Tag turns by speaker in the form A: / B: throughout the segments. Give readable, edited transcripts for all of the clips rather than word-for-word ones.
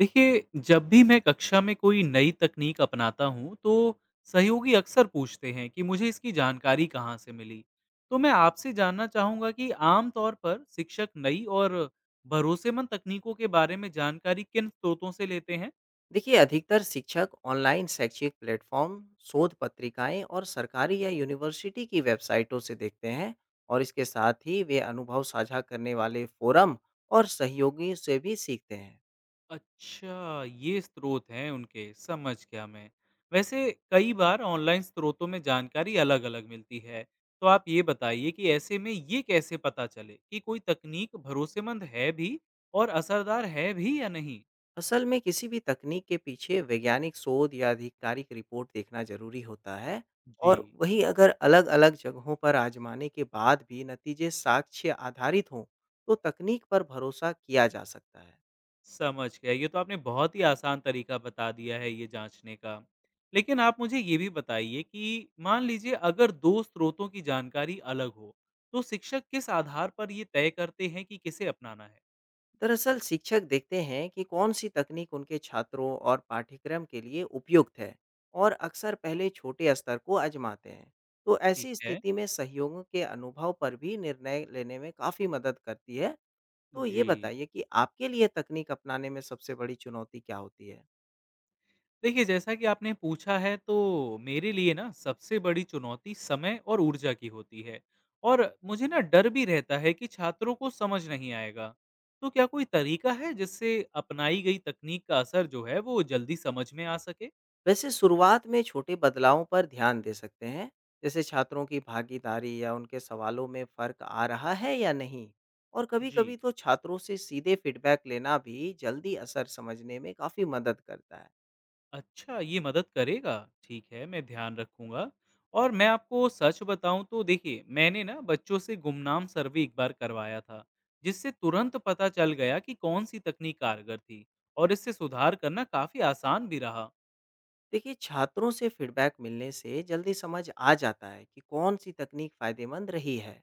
A: देखिए, जब भी मैं कक्षा में कोई नई तकनीक अपनाता हूँ, तो सहयोगी अक्सर पूछते हैं कि मुझे इसकी जानकारी कहाँ से मिली। तो मैं आपसे जानना चाहूँगा कि आम तौर पर शिक्षक नई और भरोसेमंद तकनीकों के बारे में जानकारी किन स्रोतों से लेते हैं?
B: देखिए, अधिकतर शिक्षक ऑनलाइन शैक्षिक प्लेटफॉर्म, शोध पत्रिकाएं और सरकारी या यूनिवर्सिटी की वेबसाइटों से देखते हैं। और इसके साथ ही वे अनुभव साझा करने वाले फोरम और सहयोगियों से भी सीखते हैं।
A: अच्छा, ये स्रोत हैं उनके, समझ गया मैं। वैसे कई बार ऑनलाइन स्रोतों में जानकारी अलग-अलग मिलती है, तो आप ये बताइए कि ऐसे में ये कैसे पता चले कि कोई तकनीक भरोसेमंद है भी और असरदार है भी या नहीं?
B: असल में किसी भी तकनीक के पीछे वैज्ञानिक शोध या आधिकारिक रिपोर्ट देखना जरूरी होता है।
A: जी,
B: और वही अगर अलग अलग जगहों पर आजमाने के बाद भी नतीजे साक्ष्य आधारित हों, तो तकनीक पर भरोसा किया जा सकता है।
A: समझ गया। ये तो आपने बहुत ही आसान तरीका बता दिया है ये जाँचने का। लेकिन आप मुझे ये भी बताइए कि मान लीजिए अगर 2 स्रोतों की जानकारी अलग हो, तो शिक्षक किस आधार पर ये तय करते हैं कि किसे अपनाना है?
B: दरअसल शिक्षक देखते हैं कि कौन सी तकनीक उनके छात्रों और पाठ्यक्रम के लिए उपयुक्त है, और अक्सर पहले छोटे स्तर को आजमाते हैं। तो
A: ठीक
B: ऐसी
A: है।
B: स्थिति में सहयोगों के अनुभव पर भी निर्णय लेने में काफ़ी मदद करती है। तो ये
A: जी।
B: बताइए कि आपके लिए तकनीक अपनाने में सबसे बड़ी चुनौती क्या होती है।
A: देखिए, जैसा कि आपने पूछा है तो मेरे लिए ना सबसे बड़ी चुनौती समय और ऊर्जा की होती है और मुझे ना डर भी रहता है कि छात्रों को समझ नहीं आएगा। तो क्या कोई तरीका है जिससे अपनाई गई तकनीक का असर जो है वो जल्दी समझ में आ सके?
B: वैसे शुरुआत में छोटे बदलावों पर ध्यान दे सकते हैं, जैसे छात्रों की भागीदारी या उनके सवालों में फ़र्क आ रहा है या नहीं। और
A: जी।
B: कभी-कभी तो छात्रों से सीधे फीडबैक लेना भी जल्दी असर समझने में काफ़ी मदद करता है।
A: अच्छा, ये मदद करेगा। ठीक है, मैं ध्यान रखूँगा और मैं आपको सच बताऊँ तो देखिए, मैंने ना बच्चों से गुमनाम सर्वे एक बार करवाया था, जिससे तुरंत पता चल गया कि कौन-सी तकनीक कारगर थी और इससे सुधार करना काफ़ी आसान भी रहा।
B: देखिए, छात्रों से फीडबैक मिलने से जल्दी समझ आ जाता है कि कौन सी तकनीक फ़ायदेमंद रही है।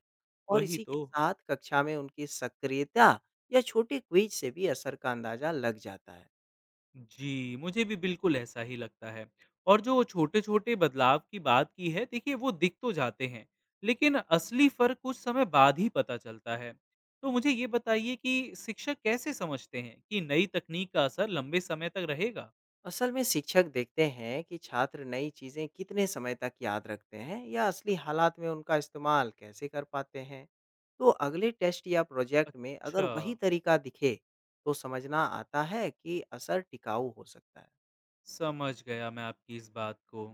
B: और
A: वही
B: इसी के
A: तो।
B: साथ कक्षा में उनकी सक्रियता या छोटे क्विज से भी असर का अंदाज़ा लग जाता है।
A: जी, मुझे भी बिल्कुल ऐसा ही लगता है। और जो छोटे-छोटे बदलाव की बात की है, देखिए वो दिख तो जाते हैं, लेकिन असली फ़र्क कुछ समय बाद ही पता चलता है। तो मुझे ये बताइए कि शिक्षक कैसे समझते हैं कि नई तकनीक का असर लंबे समय तक रहेगा?
B: असल में शिक्षक देखते हैं कि छात्र नई चीजें कितने समय तक याद रखते हैं या असली हालात में उनका इस्तेमाल कैसे कर पाते हैं। तो अगले टेस्ट या प्रोजेक्ट में अगर
A: अच्छा,
B: वही तरीका दिखे, तो समझना आता है कि असर टिकाऊ हो सकता है।
A: समझ गया मैं आपकी इस बात को।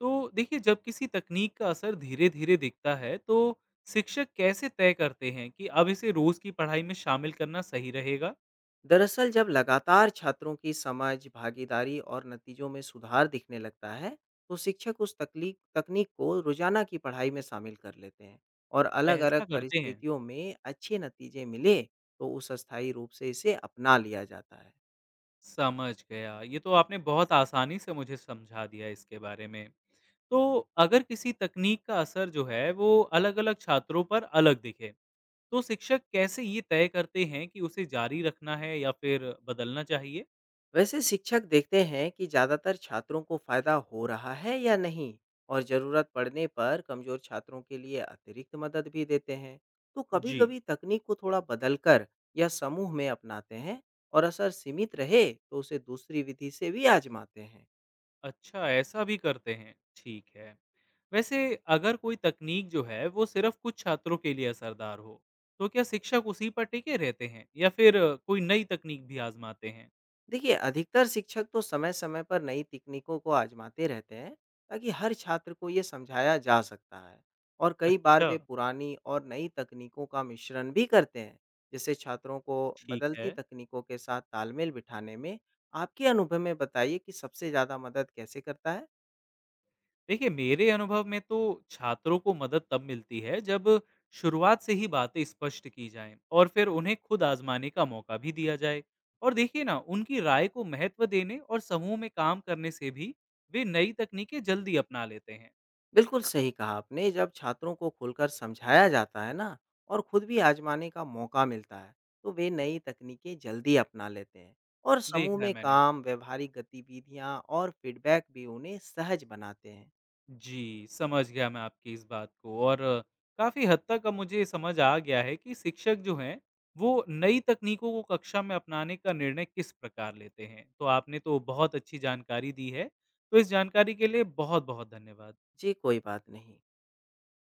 A: तो देखिए, जब किसी तकनीक का असर धीरे-धीरे दिखता है, तो शिक्षक कैसे तय करते हैं कि अब इसे रोज़ की पढ़ाई में शामिल करना सही रहेगा?
B: दरअसल जब लगातार छात्रों की समझ, भागीदारी और नतीजों में सुधार दिखने लगता है, तो शिक्षक उस तकलीक तकनीक को रोजाना की पढ़ाई में शामिल कर लेते हैं। और अलग-अलग
A: ऐसा करते हैं।
B: परिस्थितियों में अच्छे नतीजे मिले, तो उस अस्थायी रूप से इसे अपना लिया जाता है।
A: समझ गया। ये तो आपने बहुत आसानी से मुझे समझा दिया इसके बारे में। तो अगर किसी तकनीक का असर जो है वो अलग-अलग छात्रों पर अलग दिखे, तो शिक्षक कैसे ये तय करते हैं कि उसे जारी रखना है या फिर बदलना चाहिए?
B: वैसे शिक्षक देखते हैं कि ज़्यादातर छात्रों को फ़ायदा हो रहा है या नहीं, और ज़रूरत पड़ने पर कमज़ोर छात्रों के लिए अतिरिक्त मदद भी देते हैं। तो
A: जी।
B: कभी-कभी तकनीक को थोड़ा बदलकर या समूह में अपनाते हैं, और असर सीमित रहे तो उसे दूसरी विधि से भी आजमाते हैं।
A: अच्छा, ऐसा भी करते हैं। ठीक है। वैसे अगर कोई तकनीक जो है वो सिर्फ़ कुछ छात्रों के लिए असरदार हो, तो क्या शिक्षक उसी पर टिके रहते हैं या फिर कोई नई तकनीक भी आज़माते हैं?
B: देखिए, अधिकतर शिक्षक तो समय-समय पर नई तकनीकों को आज़माते रहते हैं, ताकि हर छात्र को ये समझाया जा सकता है। और कई बार
A: अच्छा,
B: वे पुरानी और नई तकनीकों का मिश्रण भी करते हैं, जिससे छात्रों को
A: ठीक
B: बदलती
A: है।
B: तकनीकों के साथ तालमेल बिठाने में आपके अनुभव में बताइए कि सबसे ज़्यादा मदद कैसे करता है?
A: देखिए मेरे अनुभव में तो छात्रों को मदद तब मिलती है जब शुरुआत से ही बातें स्पष्ट की जाएं और फिर उन्हें खुद आजमाने का मौका भी दिया जाए और देखिए ना उनकी राय को महत्व देने और समूह में काम करने से भी वे नई तकनीकें जल्दी अपना लेते हैं।
B: बिल्कुल सही कहा आपने। जब छात्रों को खुलकर समझाया जाता है ना और खुद भी आज़माने का मौका मिलता है, तो वे नई तकनीकें जल्दी अपना लेते हैं। और समूह
A: देखा है
B: में
A: मैंने।
B: काम, व्यावहारिक गतिविधियाँ और फीडबैक भी उन्हें सहज बनाते हैं।
A: जी, समझ गया मैं आपकी इस बात को और काफ़ी हद तक अब मुझे समझ आ गया है कि शिक्षक जो हैं, वो नई तकनीकों को कक्षा में अपनाने का निर्णय किस प्रकार लेते हैं। तो आपने तो बहुत अच्छी जानकारी दी है, तो इस जानकारी के लिए बहुत-बहुत धन्यवाद।
B: जी, कोई बात नहीं।